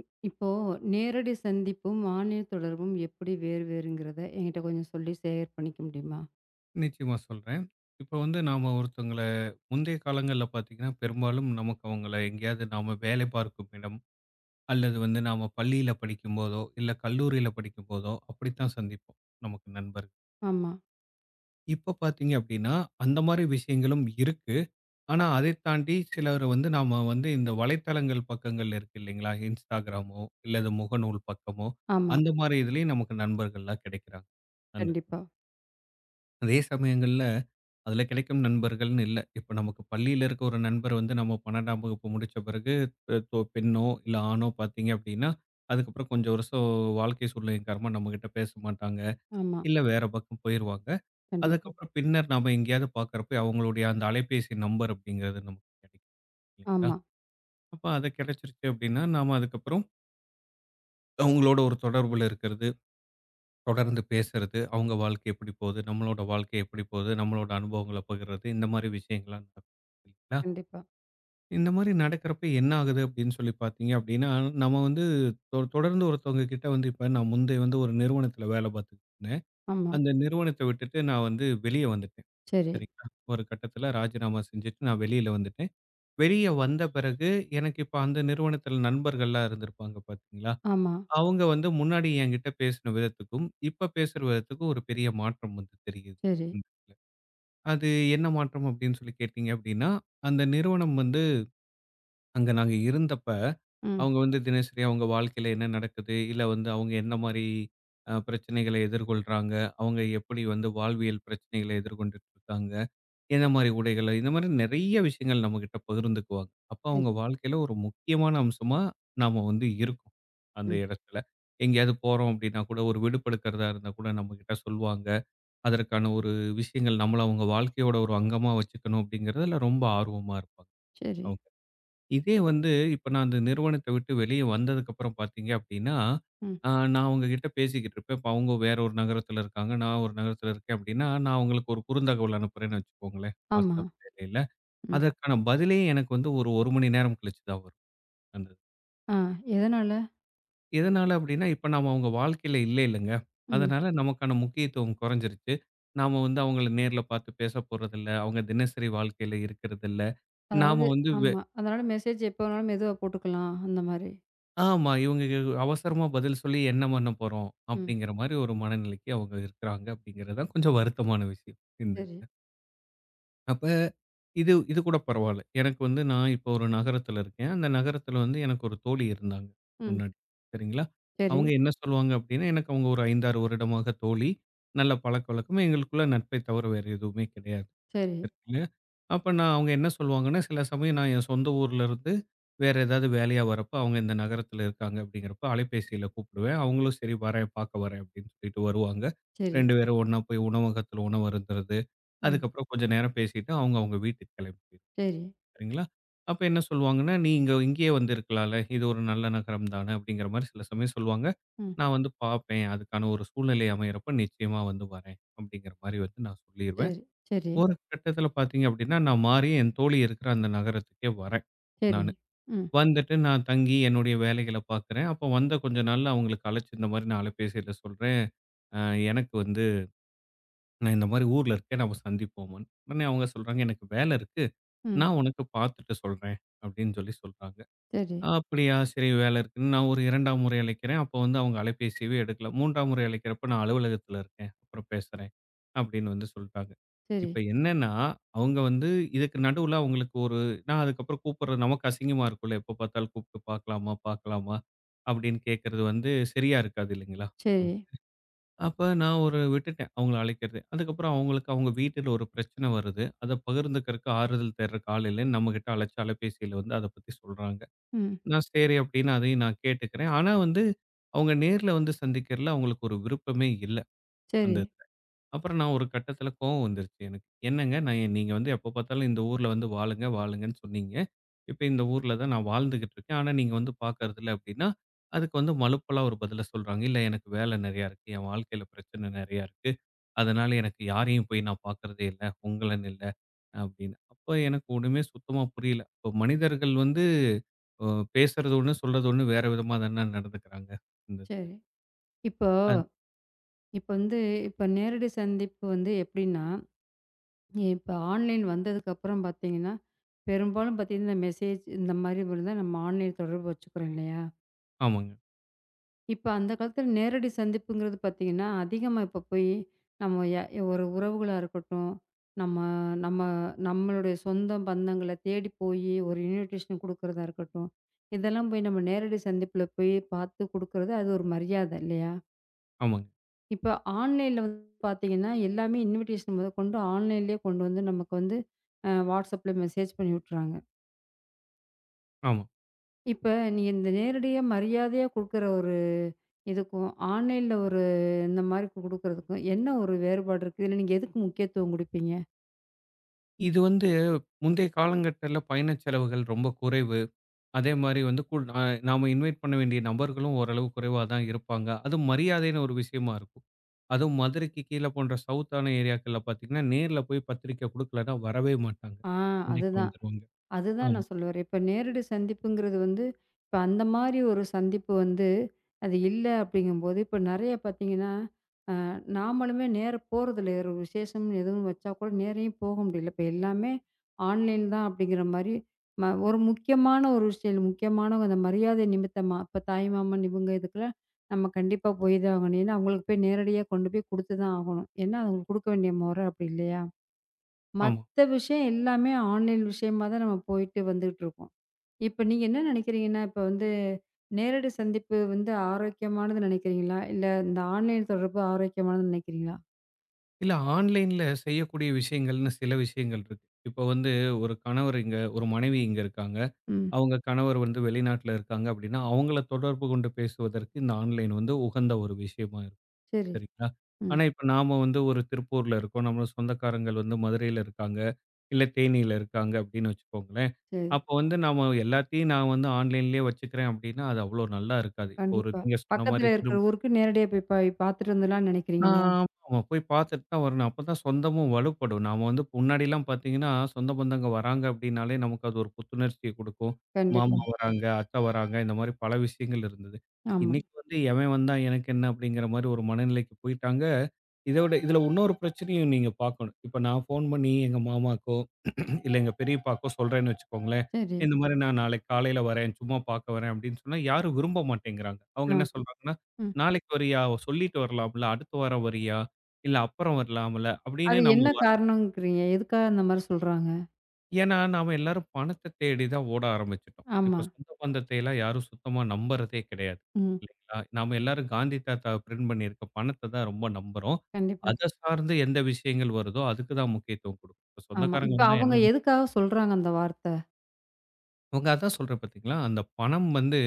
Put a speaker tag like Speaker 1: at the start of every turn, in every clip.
Speaker 1: இப்போ நேரடி சந்திப்பும், ஆன்லைன் தொடர்பும் எப்படி வேறு வேறுங்கிறத என்கிட்ட கொஞ்சம் சொல்லி ஷேர் பண்ணிக்க முடியுமா?
Speaker 2: நிச்சயமா சொல்றேன். இப்ப வந்து நாம ஒருத்தவங்கள முந்தைய காலங்கள்ல பார்த்தீங்கன்னா, பெரும்பாலும் நமக்கு அவங்கள எங்கேயாவது நாம வேலை பார்க்கும் இடம், அல்லது வந்து நாம பள்ளியில படிக்கும்போதோ, இல்ல கல்லூரியில படிக்கும்போதோ அப்படித்தான் சந்திப்போம், நமக்கு நண்பர்கள்.
Speaker 1: ஆமா,
Speaker 2: இப்ப பார்த்தீங்க அப்படின்னா, அந்த மாரி விஷயங்களும் இருக்கு. ஆனா, அதைத் தாண்டி சிலர வந்து நாம வந்து இந்த வலைத்தளங்கள் பக்கங்கள் இருக்கு இல்லைங்களா? Instagramமோ, இல்லது முகநூல் பக்கமோ,
Speaker 1: ஆமா.
Speaker 2: அந்த மாரி இதுலயும் நமக்கு நண்பர்கள்லாம் கிடைக்கிறாங்க. அந்த
Speaker 1: கண்டிப்பா.
Speaker 2: அதே சமயங்கள்ல அதுல கிடைக்கும் நண்பர்கள்ன்னு இல்ல. இப்ப நமக்கு பள்ளியில இருக்க ஒரு நண்பர் வந்து நம்ம 12ஆம் வகுப்பு முடிச்ச பிறகு பெ தொ பெண்ணோ, இல்ல ஆணோ பார்த்தீங்க அப்படின்னா, அதுக்கப்புறம் கொஞ்சம் வருஷம் வாழ்க்கை சூழ்நிலையின் காரணமா நம்மகிட்ட பேச மாட்டாங்க.
Speaker 1: ஆமா,
Speaker 2: இல்ல வேற பக்கம் போயிருவாங்க.
Speaker 1: கண்டிப்பா.
Speaker 2: அதுக்கப்புறம் பின்னர் நாம எங்கேயாவது பார்க்கறப்ப அவங்களுடைய அந்த அலைபேசி நம்பர் அப்படிங்கிறது நமக்கு கிடைக்கும் இல்லைங்களா?
Speaker 1: ஆமா,
Speaker 2: அப்ப அது கிடைச்சிருச்சு அப்படின்னா, நாம அதுக்கப்புறம் அவங்களோட ஒரு தொடர்புல இருக்கிறது, தொடர்ந்து பேசுறது, அவங்க வாழ்க்கை எப்படி போகுது, நம்மளோட வாழ்க்கை எப்படி போகுது, நம்மளோட அனுபவங்கள பகிர்றது இந்த மாரி விஷயங்கள்லாம் நடக்கும் இல்லைங்களா?
Speaker 1: கண்டிப்பா.
Speaker 2: இந்த மாரி நடக்கிறப்ப என்ன ஆகுது அப்படின்னு சொல்லி பார்த்தீங்க அப்படின்னா, நம்ம வந்து தொடர்ந்து ஒருத்தவங்க கிட்ட வந்து இப்ப நான் முந்தைய வந்து ஒரு நிறுவனத்தில வேலை பார்த்துட்டு இருந்தேன்.
Speaker 1: ஆமா.
Speaker 2: அந்த நிறுவனத்த விட்டுட்டு நான் வந்து வெளிய வந்துட்டேன்.
Speaker 1: சரி.
Speaker 2: சரிங்களா? ஒரு கட்டத்தில ராஜினாமா செஞ்சுட்டு நான் வெளியில வந்துட்டேன். வெளிய வந்த பிறகு எனக்கு இப்ப அந்த நிறுவனத்தில நண்பர்கள்லாம் இருந்திருப்பாங்க பார்த்தீங்களா?
Speaker 1: ஆமா.
Speaker 2: அவங்க வந்து முன்னாடி என்கிட்ட பேசின விதத்துக்கும், இப்ப பேசுற விதத்துக்கும் ஒரு பெரிய மாற்றம் வந்து தெரியுது.
Speaker 1: சரி.
Speaker 2: இந்த இடத்துல. அது என்ன மாற்றம் அப்படின்னு சொல்லி கேட்டீங்க அப்படின்னா, அந்த நிறுவனம் வந்து அங்க நாங்க இருந்தப்ப
Speaker 1: ம்.
Speaker 2: அவங்க வந்து தினசரி அவங்க வாழ்க்கையில என்ன நடக்குது? இல்ல வந்து அவங்க என்ன மாரி பிரச்சனைகளை எதிர்கொள்றாங்க? அவங்க எப்படி வந்து வாழ்வியல் பிரச்சனைகளை எதிர்கொண்டுட்டு இருக்காங்க? என்ன மாரி உடைகள இந்த மாரி நெறைய விஷயங்கள் நம்மகிட்ட பகிர்ந்துக்குவாங்க. அப்ப
Speaker 1: சரி.
Speaker 2: அவங்க வாழ்க்கையில ஒரு முக்கியமான அம்சமா நாம வந்து இருக்கோம், அந்த
Speaker 1: ம்.
Speaker 2: இடத்துல. எங்கேயாவது போறோம் அப்படின்னா கூட, ஒரு விடுப்பெடுக்கிறதா இருந்தா கூட நம்மகிட்ட சொல்லுவாங்க. அதற்கான ஒரு விஷயங்கள் நம்மள அவங்க வாழ்க்கையோட ஒரு அங்கமா வச்சுக்கணும் அப்படிங்கிறதுல ரொம்ப ஆர்வமா இருப்பாங்க.
Speaker 1: சரி.
Speaker 2: அவங்க. இதே வந்து இப்ப நான் அந்த நிறுவனத்த விட்டு வெளிய வந்ததுக்கப்புறம் பார்த்தீங்க அப்டின்னா,
Speaker 1: ம்.
Speaker 2: நான் அவங்ககிட்ட பேசிக்கிட்டு இருப்பேன். இப்ப அவங்க வேற ஒரு நகரத்துல இருக்காங்க. நான் ஒரு நகரத்துல இருக்கேன் அப்டின்னா, நான் அவங்களுக்கு ஒரு குறுந்தகவல் அனுப்புறேன்னு வச்சுக்கோங்களேன்,
Speaker 1: ஆமா.
Speaker 2: WhatsApp செயலில.
Speaker 1: ம்.
Speaker 2: அதற்கான பதிலே எனக்கு வந்து ஒரு 1 மணி நேரம் கழிச்சு தான் வரும். அந்தது.
Speaker 1: ஆ எதனால?
Speaker 2: எதனால அப்டின்னா, இப்ப நாம அவங்க வாழ்க்கையில இல்ல இல்லங்க.
Speaker 1: ம்.
Speaker 2: அதனால நமக்கான முக்கியத்துவம் குறைஞ்சிருச்சு. நாம வந்து அவங்கள நேர்ல பார்த்து பேச போறதில்ல. அவங்க தினசரி வாழ்க்கையில இருக்கிறதில்ல. நாம
Speaker 1: அதாவது
Speaker 2: வந்து
Speaker 1: ஆமா. அதனால மெசேஜ் எப்போ வேணாலும் மெதுவா போட்டுக்கலாம். அந்த மாரி.
Speaker 2: ஆமா. இவங்க அவசரமா பதில் சொல்லி என்ன பண்ண போறோம்?
Speaker 1: ம்.
Speaker 2: அப்படிங்கிற மாரி ஒரு மனநிலைக்கு அவங்க இருக்கிறாங்க அப்படிங்கிறது தான் கொஞ்சம் வருத்தமான விஷயம். இந்த
Speaker 1: சரி.
Speaker 2: இதுல. அப்ப இது இது கூட பரவால்ல. எனக்கு வந்து நான் இப்போ ஒரு நகரத்துல இருக்கேன். அந்த நகரத்துல வந்து எனக்கு ஒரு தோழி இருந்தாங்க
Speaker 1: ம்.
Speaker 2: முன்னாடி. சரிங்களா?
Speaker 1: சரி.
Speaker 2: அவங்க என்ன சொல்லுவாங்க அப்படின்னா, எனக்கு அவங்க ஒரு 5, 6 வருடமாக தோழி. நல்ல பழக்கவழக்கம். எங்களுக்குள்ள நட்பை தவிர வேறு எதுவுமே கிடையாது.
Speaker 1: சரி.
Speaker 2: சரிங்களா? அப்ப நான் அவங்க என்ன சொல்லுவாங்கன்னா, சில சமயம் நான் என் சொந்த ஊர்ல இருந்து வேற ஏதாவது வேலையா வரப்ப, அவங்க இந்த நகரத்துல இருக்காங்க அப்படிங்கிறப்ப அலைபேசியில கூப்பிடுவேன். அவங்களும் சரி வரேன், பார்க்க வரேன் அப்படின்னு சொல்லிட்டு வருவாங்க.
Speaker 1: சரி.
Speaker 2: 2 பேரும் ஒண்ணா போய் உணவகத்துல உணவு அருந்துறது.
Speaker 1: ம்.
Speaker 2: அதுக்கப்புறம் கொஞ்சம் நேரம் பேசிட்டு அவங்க அவங்க வீட்டுக்கு கிளம்பி
Speaker 1: சரி.
Speaker 2: சரிங்களா? அப்ப என்ன சொல்லுவாங்கன்னா, "நீ இங்க இங்கேயே வந்திருக்கலாம்ல. இது ஒரு நல்ல நகரம் தானே" அப்படிங்கிற மாரி சில சமயம் சொல்லுவாங்க.
Speaker 1: ம்.
Speaker 2: நான் வந்து பார்ப்பேன். அதுக்கான ஒரு சூழ்நிலை அமையறப்ப நிச்சயமா வந்து வரேன் அப்படிங்கிற மாரி வந்து நான் சொல்லிருவேன்.
Speaker 1: சரி. சரி.
Speaker 2: ஒரு கட்டத்தில பார்த்தீங்க அப்படின்னா, நான் மாறி என் தோழி இருக்கிற அந்த நகரத்துக்கே வரேன்
Speaker 1: சரி.
Speaker 2: நானு.
Speaker 1: ம்.
Speaker 2: வந்துட்டு நான் தங்கி என்னுடைய வேலைகள பார்க்கிறேன். அப்போ வந்த கொஞ்ச நாள்ல அவங்களுக்கு அழைச்சு இந்த மாரி நான் அலைபேசியில சொல்றேன். அ எனக்கு வந்து நான் இந்த மாரி ஊர்ல இருக்கேன். நம்ம சந்திப்போமான்னு. உடனே அவங்க சொல்றாங்க, "எனக்கு வேலை இருக்கு.
Speaker 1: ம்.
Speaker 2: நான் உனக்கு பார்த்துட்டு சொல்றேன்." அப்படின்னு சொல்லி சொல்றாங்க.
Speaker 1: சரி,
Speaker 2: அப்படியா! சரி வேலை இருக்குன்னு நான் ஒரு 2ஆம் முறை அழைக்கிறேன். அப்போ வந்து அவங்க அலைபேசியவே எடுக்கல. 3ஆம் முறை அழைக்கிறப்ப நான் அலுவலகத்தில இருக்கேன். அப்புறம் பேசுறேன். அப்படின்னு வந்து சொல்ட்டாங்க.
Speaker 1: சரி,
Speaker 2: இப்ப என்னன்னா, அவங்க வந்து இதுக்கு நடுவுல அவங்களுக்கு ஒரு நான் அதுக்கப்புறம் கூப்பிடுறது நமக்கு அசிங்கமா இருக்கும்ல. எப்ப பார்த்தாலும் கூப்பிட்டு பார்க்கலாமா, பார்க்கலாமா அப்படின்னு கேட்கறது வந்து சரியா இருக்காது இல்லைங்களா?
Speaker 1: சரி.
Speaker 2: நமக்கு. அப்ப நான் ஒரு விட்டுட்டேன் அவங்கள அழைக்கிறது. அதுக்கப்புறம் அவங்களுக்கு அவங்க வீட்டில ஒரு பிரச்சனை வருது. அத பகிர்ந்துக்கிறக்கு ஆறுதல் தேடுறக்கு ஆள் இல்லன்னு நம்மகிட்ட அழைச்சு அலைபேசியில வந்து அத பத்தி சொல்றாங்க.
Speaker 1: ம்.
Speaker 2: நான் சரி அப்படின்னு அதையும் நான் கேட்டுக்கிறேன். ஆனா வந்து அவங்க நேர்ல வந்து சந்திக்கிறதுல அவங்களுக்கு ஒரு விருப்பமே இல்ல.
Speaker 1: சரி,
Speaker 2: அந்த இது. அப்புறம் நான் ஒரு கட்டத்தில கோவம் வந்துருச்சு எனக்கு. என்னங்க நான் ஏன் நீங்க வந்து எப்ப பார்த்தாலும் இந்த ஊர்ல வந்து வாழுங்க, வாழுங்கன்னு சொன்னீங்க. இப்ப இந்த ஊர்ல தான் நான் வாழ்ந்துகிட்டு இருக்கேன். ஆனா நீங்க வந்து பார்க்கறதில்ல அப்படின்னா, அதுக்கு வந்து மலுப்பலா ஒரு பதில சொல்றாங்க. இல்ல எனக்கு வேலை நெறையா இருக்கு. என் வாழ்க்கையில பிரச்சனை நெறையா இருக்கு. அதனால எனக்கு யாரையும் போய் நான் பார்க்கறதே இல்ல. உங்களன்னு இல்ல அப்படின்னு. அப்ப எனக்கு ஒண்ணுமே சுத்தமா புரியல. இப்ப மனிதர்கள் வந்து அ பேசுறது ஒண்ணு, சொல்றது ஒண்ணு வேற விதமா தான நடந்துக்கிறாங்க. இந்த இதுல.
Speaker 1: சரி. இப்போ
Speaker 2: அ
Speaker 1: இப்ப வந்து இப்ப நேரடி சந்திப்பு வந்து எப்படின்னா, இப்ப ஆன்லைன் வந்ததுக்கப்புறம் பார்த்தீங்கன்னா, பெரும்பாலும் பார்த்தீங்கன்னா, இந்த மெசேஜ் இந்த மாரி இருந்தா நம்ம ஆன்லைன் தொடர்பு வச்சுக்கிறோம் இல்லையா?
Speaker 2: ஆமாங்க,
Speaker 1: இப்ப அந்த காலத்துல நேரடி சந்திப்புங்கிறது பார்த்தீங்கன்னா, அதிகமா இப்ப போயி நம்ம ய ஒரு உறவுகளா இருக்கட்டும், நம்ம நம்ம நம்மளுடைய சொந்த பந்தங்கள தேடி போயி ஒரு இன்விடேஷன் குடுக்குறதா இருக்கட்டும், இதெல்லாம் போய் நம்ம நேரடி சந்திப்புல போய் பார்த்து குடுக்குறது அது ஒரு மரியாதை இல்லையா?
Speaker 2: ஆமாங்க,
Speaker 1: இப்ப ஆன்லைன்ல வந்து பார்த்தீங்கன்னா, எல்லாமே இன்விடேஷன் முதற்கொண்டு ஆன்லைன்லேயே கொண்டு வந்து நமக்கு வந்து WhatsAppல மெசேஜ் பண்ணி விட்டுறாங்க.
Speaker 2: ஆமா.
Speaker 1: இப்ப நீ இந்த நேரடியா மரியாதையா குடுக்குற ஒரு இதுக்கும், ஆன்லைன்ல ஒரு இந்த மாரி குடுக்குறதுக்கும் என்ன ஒரு வேறுபாடு இருக்கு? இதுல நீங்க எதுக்கு முக்கியத்துவம் குடுப்பீங்க?
Speaker 2: இது வந்து முந்தைய காலங்கட்டத்துல பயண செலவுகள் ரொம்ப குறைவு. அதே மாரி வந்து கூ அ நாம இன்வைட் பண்ண வேண்டிய நபர்களும் ஓரளவு குறைவா தான் இருப்பாங்க. அதுவும் மரியாதைன்னு ஒரு விஷயமா இருக்கும். அதுவும் மதுரைக்கு கீழ போன்ற சவுத்தான ஏரியாக்கள்ல பார்த்தீங்கன்னா, நேர்ல போய் பத்திரிக்கை குடுக்கலன்னா வரவே மாட்டாங்க.
Speaker 1: ஆ
Speaker 2: கண்டிப்பா
Speaker 1: அதுதான்.
Speaker 2: வந்துருவாங்க.
Speaker 1: அதுதான்
Speaker 2: ஆமா,
Speaker 1: நான் சொல்ல வரேன். இப்ப நேரடி சந்திப்புங்கிறது வந்து, இப்ப அந்த மாரி ஒரு சந்திப்பு வந்து, அது இல்ல அப்படிங்கும்போது, இப்ப நெறைய பார்த்தீங்கன்னா நாமளுமே நேர போறதில்ல. ஒரு விசேஷம் எதுவும் வச்சா கூட நேரயும் போக முடியல. இப்ப எல்லாமே ஆன்லைன் தான் அப்படிங்கிற மாரி, ஒரு முக்கியமான ஒரு விஷயம், முக்கியமான அந்த மரியாதை நிமித்தமா, இப்ப தாய் மாமன் இவங்க இதுக்கெல்லாம் நம்ம கண்டிப்பா போய் தான் ஆகணும். ஏன்னா, அவங்களுக்கு போய் நேரடியா கொண்டு போய் குடுத்து தான் ஆகணும். ஏன்னா, அவங்களுக்கு குடுக்க வேண்டிய மொற அப்படி இல்லையா?
Speaker 2: ஆமா.
Speaker 1: மத்த விஷயம் எல்லாமே ஆன்லைன் விஷயமா தான் நம்ம போயிட்டு வந்துகிட்டு இருக்கோம். இப்ப நீங்க என்ன நெனைக்கிறீங்கன்னா, இப்ப வந்து நேரடி சந்திப்பு வந்து ஆரோக்கியமானது நெனைக்கிறீங்களா? இல்ல இந்த ஆன்லைன் தொடர்பு ஆரோக்கியமானதுன்னு நெனைக்கிறீங்களா?
Speaker 2: இல்ல ஆன்லைன்ல செய்யக்கூடிய விஷயங்கள்னு சில விஷயங்கள் இருக்கு. இப்ப வந்து ஒரு கணவர் இங்க, ஒரு மனைவி இங்க இருக்காங்க.
Speaker 1: ம்.
Speaker 2: அவங்க கணவர் வந்து வெளிநாட்டுல இருக்காங்க அப்படின்னா, அவங்கள தொடர்பு கொண்டு பேசுவதற்கு இந்த ஆன்லைன் வந்து உகந்த ஒரு விஷயமா இருக்கும்.
Speaker 1: சரி.
Speaker 2: சரிங்களா?
Speaker 1: ம்.
Speaker 2: ஆனா, இப்ப நாம வந்து ஒரு திருப்பூர்ல இருக்கோம். நம்ம சொந்தக்காரங்கள் வந்து மதுரையில இருக்காங்க, இல்ல தேனியில இருக்காங்க அப்படின்னு வச்சுக்கோங்களேன்.
Speaker 1: சரி.
Speaker 2: அப்போ வந்து நாம எல்லாத்தையும் நான் வந்து ஆன்லைன்லேயே வச்சுக்கிறேன் அப்படின்னா, அது அவ்வளோ நல்லா இருக்காது. இப்போ ஒரு
Speaker 1: கண்டிப்பா.
Speaker 2: நீங்க சொன்ன மாரி
Speaker 1: பக்கத்துல
Speaker 2: திரு
Speaker 1: இருக்கிற ஊருக்கு நேரடியா போய் போய் பார்த்துட்டு வந்துடலாம்னு
Speaker 2: ஆ
Speaker 1: நினைக்கிறீங்களா?
Speaker 2: ஆமா. போய் பார்த்துட்டு தான் வரணும். அப்பதான் சொந்தமும் வலுப்படும். நாம வந்து முன்னாடிலாம் பார்த்தீங்கன்னா, சொந்த பந்தங்க வராங்க அப்படின்னாலே, நமக்கு அது ஒரு புத்துணர்ச்சிய குடுக்கும். ம்.
Speaker 1: கண்டிப்பா.
Speaker 2: மாமா வராங்க, அத்தை வராங்க, இந்த மாரி பல விஷயங்கள் இருந்தது. ம்.
Speaker 1: ஆமா.
Speaker 2: இன்னைக்கு வந்து எவன் வந்தா எனக்கு என்ன அப்படிங்கிற மாரி ஒரு மனநிலைக்கு போயிட்டாங்க. இத விட இதுல இன்னொரு பிரச்சனையும் நீங்க பார்க்கணும். இப்ப நான் ஃபோன் பண்ணி எங்க மாமாக்கோ, இல்ல எங்க பெரியப்பாக்கோ சொல்றேன்னு வச்சுக்கோங்களேன்,
Speaker 1: சரி.
Speaker 2: இந்த மாரி நான் நாளைக்கு காலையில வரேன், சும்மா பார்க்க வரேன் அப்படின்னு சொன்னா, யாரும் விரும்ப மாட்டேங்கிறாங்க. அவங்க
Speaker 1: ஆ.
Speaker 2: என்ன ம். சொல்றாங்கன்னா,
Speaker 1: ம்.
Speaker 2: நாளைக்கு வரியா? சொல்லிட்டு வரலாம்ல. அடுத்த வாரம் வரியா? இல்ல அப்புறம் வரலாம்ல. அப்படின்னு
Speaker 1: அது
Speaker 2: நம்ம
Speaker 1: என்ன காரணம்ங்கிறீங்க? எதுக்காக அந்த மாரி சொல்றாங்க?
Speaker 2: ஏன்னா நாம எல்லாரும் பணத்த தேடி தான் ஓட ஆரம்பிச்சுட்டோம். இப்ப
Speaker 1: ஆமா.
Speaker 2: சொந்த பந்தத்தை எல்லாம் யாரும் சுத்தமா நம்புறதே கிடையாது.
Speaker 1: ம்.
Speaker 2: இல்லைங்களா? நாம எல்லாரும் காந்தி தாத்தா பிரிண்ட் பண்ணியிருக்க பணத்த தான் ரொம்ப நம்புறோம்.
Speaker 1: கண்டிப்பா.
Speaker 2: அத சார்ந்து எந்த விஷயங்கள் வருதோ அதுக்கு தான் முக்கியத்துவம் குடுக்கும். இப்ப
Speaker 1: ஆமா.
Speaker 2: சொந்தக்காரங்க
Speaker 1: இப்ப
Speaker 2: வந்தா என்ன
Speaker 1: அவங்க எதுக்காக சொல்றாங்க அந்த வார்த்த?
Speaker 2: உங்க அதான் சொல்றேன் பார்த்தீங்களா? அந்த பணம் வந்து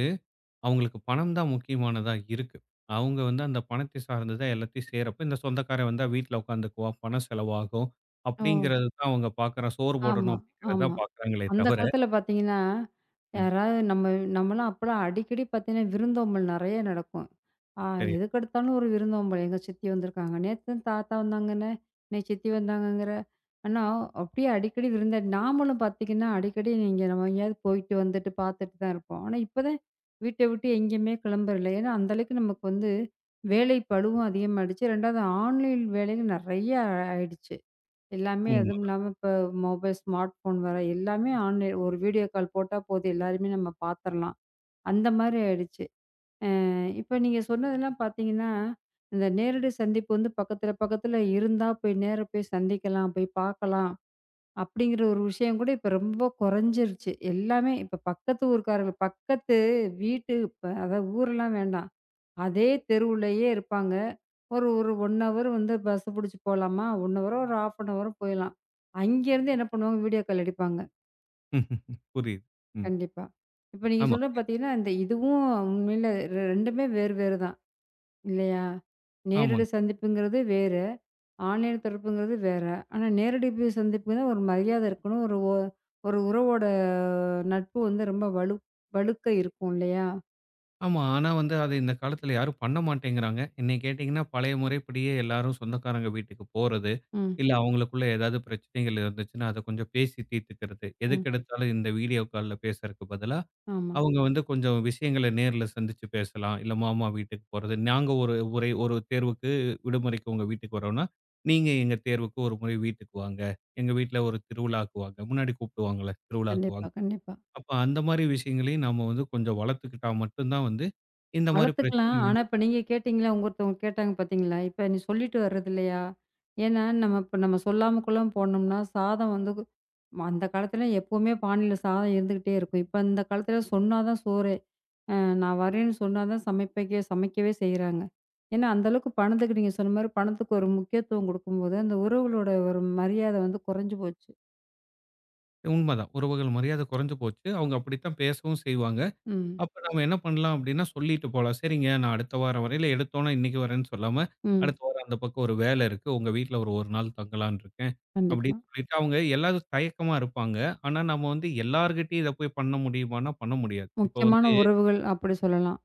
Speaker 2: அவங்களுக்கு பணம் தான் முக்கியமானதா இருக்கு. அவங்க வந்து அந்த பணத்தை சார்ந்து தான் எல்லாத்தையும் செய்றப்ப, இந்த சொந்தக்காரன் வந்தா வீட்ல உட்காந்துக்குவா, பணம் செலவாகும்.
Speaker 1: ஓ!
Speaker 2: அப்படிங்கிறது தான் அவங்க பார்க்குற சோறு போடணும்
Speaker 1: ஆமா,
Speaker 2: அப்படிங்கிறத
Speaker 1: ஆமா.
Speaker 2: தான் பார்க்குறாங்களே
Speaker 1: அந்த
Speaker 2: தவிர
Speaker 1: காலத்துல பாத்தீங்கன்னா,
Speaker 2: ம்.
Speaker 1: யாராவது நம்மலாம் அப்பலாம் அடிக்கடி பாத்தீங்கன்னா, விருந்தோம்பல் நெறைய நடக்கும். ஆ
Speaker 2: சரியா
Speaker 1: எதுக்கெடுத்தாலும் ஒரு விருந்தோம்பல். எங்க சித்தி வந்திருக்காங்க. நேத்து தாத்தா வந்தாங்கண்ணே, இன்னைக்கு சித்தி வந்தாங்கங்கிற. ஆனா, அப்படியே அடிக்கடி விருந்த நாமளும் பாத்தீங்கன்னா, அடிக்கடி நீங்க நம்ம எங்கேயாவது போயிட்டு வந்துட்டு பாத்துட்டு தான் இருப்போம். ஆனா, இப்பதான் வீட்ட விட்டு எங்கேயுமே கிளம்புறல. ஏன்னா, அந்த அளவுக்கு நமக்கு வந்து வேலை பளுவும் அதிகமாயிடுச்சு. 2வது ஆன்லைன் வேலைகள் நெறைய ஆயிடுச்சு. எல்லாமே அதுவும்
Speaker 2: உண்ம.
Speaker 1: இல்லாம இப்ப மொபைல், ஸ்மார்ட் ஃபோன் வர எல்லாமே ஆன்லைன் ஒரு வீடியோ கால் போட்டா போதும் எல்லாருமே நம்ம பாத்துரலாம். அந்த மாரி ஆயிடுச்சு. அ இப்ப நீங்க சொன்னதெல்லாம் பாத்தீங்கன்னா, இந்த நேரடி சந்திப்பு வந்து பக்கத்துல பக்கத்துல இருந்தா போய் நேரா போய் சந்திக்கலாம், போய் பாக்கலாம் அப்படிங்கிற ஒரு விஷயம் கூட இப்ப ரொம்ப குறைஞ்சிருச்சு. எல்லாமே இப்ப பக்கத்து ஊர்க்காரங்க பக்கத்து வீட்டு அதாவது ஊரெல்லாம் வேண்டாம். அதே தெருவுலயே இருப்பாங்க. ஒரு ஒரு 1 ஹவர் வந்து பஸ் புடிச்சு போலாமா? 1 ஹவரோ, ஒரு 1/2 அன் ஹவரோ போயிலாம். அங்கேருந்து என்ன பண்ணுவாங்க? வீடியோ கால் அடிப்பாங்க.
Speaker 2: புரியுது. ம்.
Speaker 1: கண்டிப்பா. இப்ப நீங்க
Speaker 2: ஆமா.
Speaker 1: சொல்றது பார்த்தீங்கன்னா, இந்த இதுவும் உண்மையில 2மே வேறு வேறு தான். இல்லையா? நேரடி
Speaker 2: ஆமாங்க.
Speaker 1: சந்திப்புங்கிறது வேறு. ஆன்லைன் தொடர்புங்கிறது வேற. ஆனா, நேரடி போய் சந்திப்புனா ஒரு மரியாதை இருக்கணும். ஒரு உறவோட நட்பு வந்து ரொம்ப வலுக்க இருக்கும் இல்லையா?
Speaker 2: ஆமா. ஆனா வந்து அது இந்த காலத்துல யாரும் பண்ண மாட்டேங்கிறாங்க. என்னைய கேட்டீங்கன்னா, பழைய முறைப்படியே எல்லாரும் சொந்தக்காரங்க வீட்டுக்கு போறது.
Speaker 1: ம்,
Speaker 2: இல்ல அவங்களுக்குள்ள ஏதாவது பிரச்சனைகள் இருந்துச்சுன்னா, அத கொஞ்சம் பேசி தீர்த்துக்கிறது.
Speaker 1: ம்.
Speaker 2: எதுக்கெடுத்தாலும் இந்த வீடியோ கால்ல பேசுறதுக்கு பதிலா
Speaker 1: ஆமா.
Speaker 2: அவங்க வந்து கொஞ்சம் விஷயங்கள நேர்ல சந்திச்சு பேசலாம். இல்ல மாமா வீட்டுக்கு போறது. நாங்க ஒரு உரை ஒரு தேர்வுக்கு விடுமுறைக்கு உங்க வீட்டுக்கு வரோம்னா, நீங்க எங்க தேர்வுக்கு ஒரு முறை வீட்டுக்கு வாங்க. எங்க வீட்ல ஒரு திருவிழாக்கு வாங்க. முன்னாடி கூப்பிடுவாங்கல்ல, திருவிழாக்கு
Speaker 1: கண்டிப்பா,
Speaker 2: வாங்க.
Speaker 1: கண்டிப்பா.
Speaker 2: அப்ப அந்த மாரி விஷயங்களையும் நாம வந்து கொஞ்சம் வளர்த்துக்கிட்டா மட்டும் தான் வந்து இந்த மாரி
Speaker 1: வளர்த்துக்கலாம்.
Speaker 2: பிரச்சனைகள்
Speaker 1: ஆனா, இப்ப நீங்க கேட்டீங்களா, உங்க ஒருத்தவங்க கேட்டாங்க பார்த்தீங்களா? இப்ப நீ சொல்லிட்டு வர்றது இல்லையா? ஏன்னா, நம்ம சொல்லாம கொள்ளாம போனோம்னா, சாதம் வந்து கு ம- அந்த காலத்துல எப்பவுமே பானையில சாதம் இருந்துகிட்டே இருக்கும். இப்ப இந்த காலத்துல சொன்னா தான் சோறே. அ நான் வரேன்னு சொன்னா தான் சமைக்கவே செய்றாங்க. ஏன்னா, அந்த அளவுக்கு பணத்துக்கு நீங்க சொன்ன மாரி பணத்துக்கு ஒரு முக்கியத்துவம் குடுக்கும்போது, அந்த உறவுகளோட ஒரு மரியாதை வந்து குறைஞ்சு போச்சு.
Speaker 2: உண்மதான். உறவுகள் மரியாதை குறைஞ்சு போச்சு. அவங்க அப்படித்தான் பேசவும் செய்வாங்க.
Speaker 1: ம்.
Speaker 2: அப்ப நம்ம என்ன பண்ணலாம் அப்படின்னா, சொல்லிட்டு போலாம். "சரிங்க, நான் அடுத்த வாரம் வரேன்." இல்ல எடுத்தோனே இன்னைக்கு வரேன்னு சொல்லாம,
Speaker 1: ம்.
Speaker 2: "அடுத்த வாரம் அந்த பக்கம் ஒரு வேலை இருக்கு. உங்க வீட்ல ஒரு 1 நாள் தங்கலாம்னு இருக்கேன்."
Speaker 1: கண்டிப்பா.
Speaker 2: அப்படின்னு சொல்லிட்டு அவங்க எல்லாரும் தயக்கமா இருப்பாங்க. ஆனா, நம்ம வந்து எல்லார்கிட்டயும் இத போய் பண்ண முடியுமான்னா, பண்ண முடியாது. இப்ப வந்து
Speaker 1: முக்கியமான உறவுகள் அப்படி சொல்லலாம்.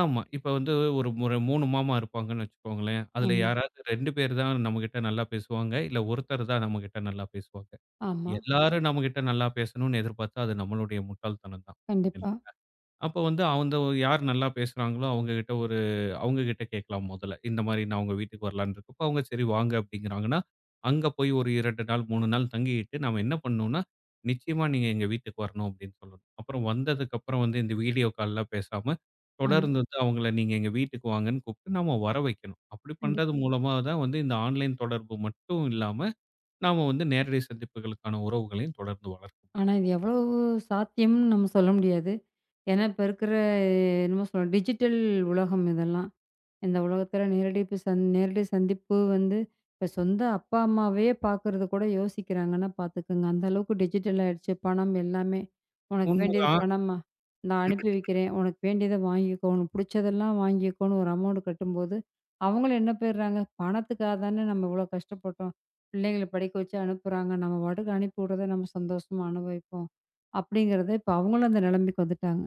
Speaker 2: ஆமா. இப்ப வந்து ஒரு ஒரு 3 மாமா இருப்பாங்கன்னு வச்சுக்கோங்களேன். அதுல
Speaker 1: ம்.
Speaker 2: யாராவது 2 பேர் தான் நம்மகிட்ட நல்லா பேசுவாங்க. இல்ல ஒருத்தர் தான் நம்மகிட்ட நல்லா பேசுவாங்க.
Speaker 1: ஆமா.
Speaker 2: எல்லாரும் நம்மகிட்ட நல்லா பேசணும்னு எதிர்பார்த்தா, அது நம்மளுடைய முட்டாள்தனம் தான்.
Speaker 1: கண்டிப்பா.
Speaker 2: அப்ப வந்து அந்த யார் நல்லா பேசுறாங்களோ அவங்க கிட்ட ஒரு அவங்க கிட்ட கேட்கலாம் முதல்ல. இந்த மாரி நான் உங்க வீட்டுக்கு வரலான்னு இருக்கப்போ, அவங்க சரி வாங்க அப்படிங்கிறாங்கன்னா, அங்க போய் ஒரு 2 நாள், 3 நாள் தங்கிட்டு நாம என்ன பண்ணணும்னா, நிச்சயமா நீங்க எங்க வீட்டுக்கு வரணும் அப்படின்னு சொல்லணும். அப்புறம் வந்ததுக்கப்புறம் வந்து இந்த வீடியோ கால்லாம் பேசாம,
Speaker 1: ஆமா.
Speaker 2: தொடர்ந்து வந்து அவங்கள நீங்க எங்க வீட்டுக்கு வாங்கன்னு கூப்பிட்டு நாம வர வைக்கணும். அப்படி
Speaker 1: கண்டிப்பா.
Speaker 2: பண்றது மூலமா தான் வந்து இந்த ஆன்லைன் தொடர்பு மட்டும் இல்லாம, நாம வந்து நேரடி சந்திப்புகளுக்கான உறவுகளையும் தொடர்ந்து வளர்க்கணும்.
Speaker 1: ஆனா, இது எவ்வளவு சாத்தியம்னு நம்ம சொல்ல முடியாது. ஏன்னா, இப்ப இருக்கிற என்னமோ சொல்ல டிஜிட்டல் உலகம் இதெல்லாம். இந்த உலகத்துல நேரடி சந்திப்பு வந்து இப்ப சொந்த அப்பா, அம்மாவே பார்க்கறது கூட யோசிக்கிறாங்கன்னா பார்த்துக்கங்க. அந்த அளவுக்கு டிஜிட்டல் ஆயிடுச்சு. பணம் எல்லாமே. உனக்கு வேண்டியது
Speaker 2: உண்மைதான்.
Speaker 1: பணமா? நான் அனுப்பி வைக்கிறேன். உனக்கு வேண்டியத வாங்கிக்கோ. உனக்கு புடிச்சதெல்லாம் வாங்கிக்கோன்னு ஒரு அமௌண்ட் கட்டும்போது, அவங்களும் என்ன போயிடுறாங்க, பணத்துக்காக தானே நம்ம இவ்வளோ கஷ்டப்பட்டோம். பிள்ளைங்கள படிக்க வச்சு அனுப்புறாங்க. நம்ம பாட்டுக்கு அனுப்பி விடுறத நம்ம சந்தோஷமா அனுபவிப்போம். அப்படிங்கிறத இப்ப அவங்களும் அந்த நிலைமைக்கு வந்துட்டாங்க.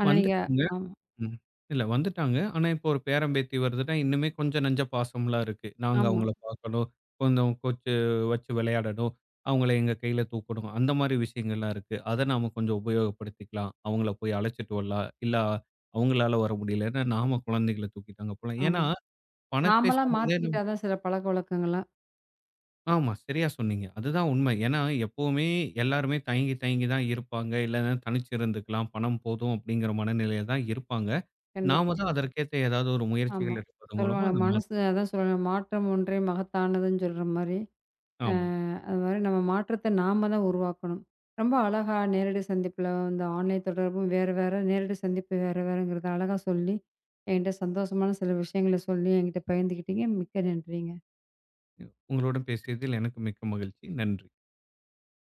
Speaker 1: ஆனா நீங்க
Speaker 2: வந்துட்டாங்க.
Speaker 1: ஆமா,
Speaker 2: ம். இல்ல வந்துட்டாங்க. ஆனா இப்போ ஒரு பேரன், பேத்தி வருதுன்னா, இன்னுமே கொஞ்சம் நெஞ்ச பாசம்லாம் இருக்கு. நாங்க
Speaker 1: ஆமா,
Speaker 2: அவங்கள பார்க்கணும். கொஞ்சம் கோச்சு வச்சு விளையாடணும். அவங்கள எங்க கையில தூக்கணும். அந்த மாரி விஷயங்கள்லாம் இருக்கு. அத நாம கொஞ்சம் உபயோகப்படுத்திக்கலாம். அவங்கள போய் அழைச்சிட்டு வரலாம். இல்ல அவங்களால வர முடியலன்னா, நாம குழந்தைகள தூக்கிட்டு அங்க போலாம். ஏன்னா,
Speaker 1: ஆமா.
Speaker 2: பணத்தை
Speaker 1: நாமளா
Speaker 2: சார்ந்தே
Speaker 1: மாத்திக்கிட்டா தான் சில பழக்கவழக்கங்கள்லாம்.
Speaker 2: ஆமா, சரியா சொன்னீங்க. அதுதான் உண்மை. ஏன்னா, எப்பவுமே எல்லாருமே தயங்கி, தயங்கி தான் இருப்பாங்க. இல்லன்னா தனிச்சு இருந்துக்கலாம். பணம் போதும் அப்படிங்கிற மனநிலையில தான் இருப்பாங்க. நாம
Speaker 1: கண்டிப்பா.
Speaker 2: தான் அதற்கேத்த ஏதாவது ஒரு
Speaker 1: ஆமா.
Speaker 2: முயற்சிகள் எடுப்பதன் மூலமா
Speaker 1: சொல்லுவாங்க.
Speaker 2: அத
Speaker 1: மனசு
Speaker 2: மாத்தணும்.
Speaker 1: அதான் சொல்லுவாங்க. மாற்றம் ஒன்றே மகத்தானதுன்னு சொல்ற மாரி. அ
Speaker 2: ஆமாங்க.
Speaker 1: அது மாரி நம்ம மாற்றத்த நாம தான் உருவாக்கணும். ரொம்ப அழகா நேரடி சந்திப்புல இந்த ஆன்லைன் தொடர்பும் வேறு வேற, நேரடி சந்திப்பு வேறு வேறங்கிறத அழகா சொல்லி, என்கிட்ட சந்தோஷமான சில விஷயங்கள சொல்லி என்கிட்ட பகிர்ந்துக்கிட்டீங்க. மிக்க நன்றிங்க.
Speaker 2: உங்களுடன் பேசியதில் எனக்கு மிக்க மகிழ்ச்சி. நன்றி.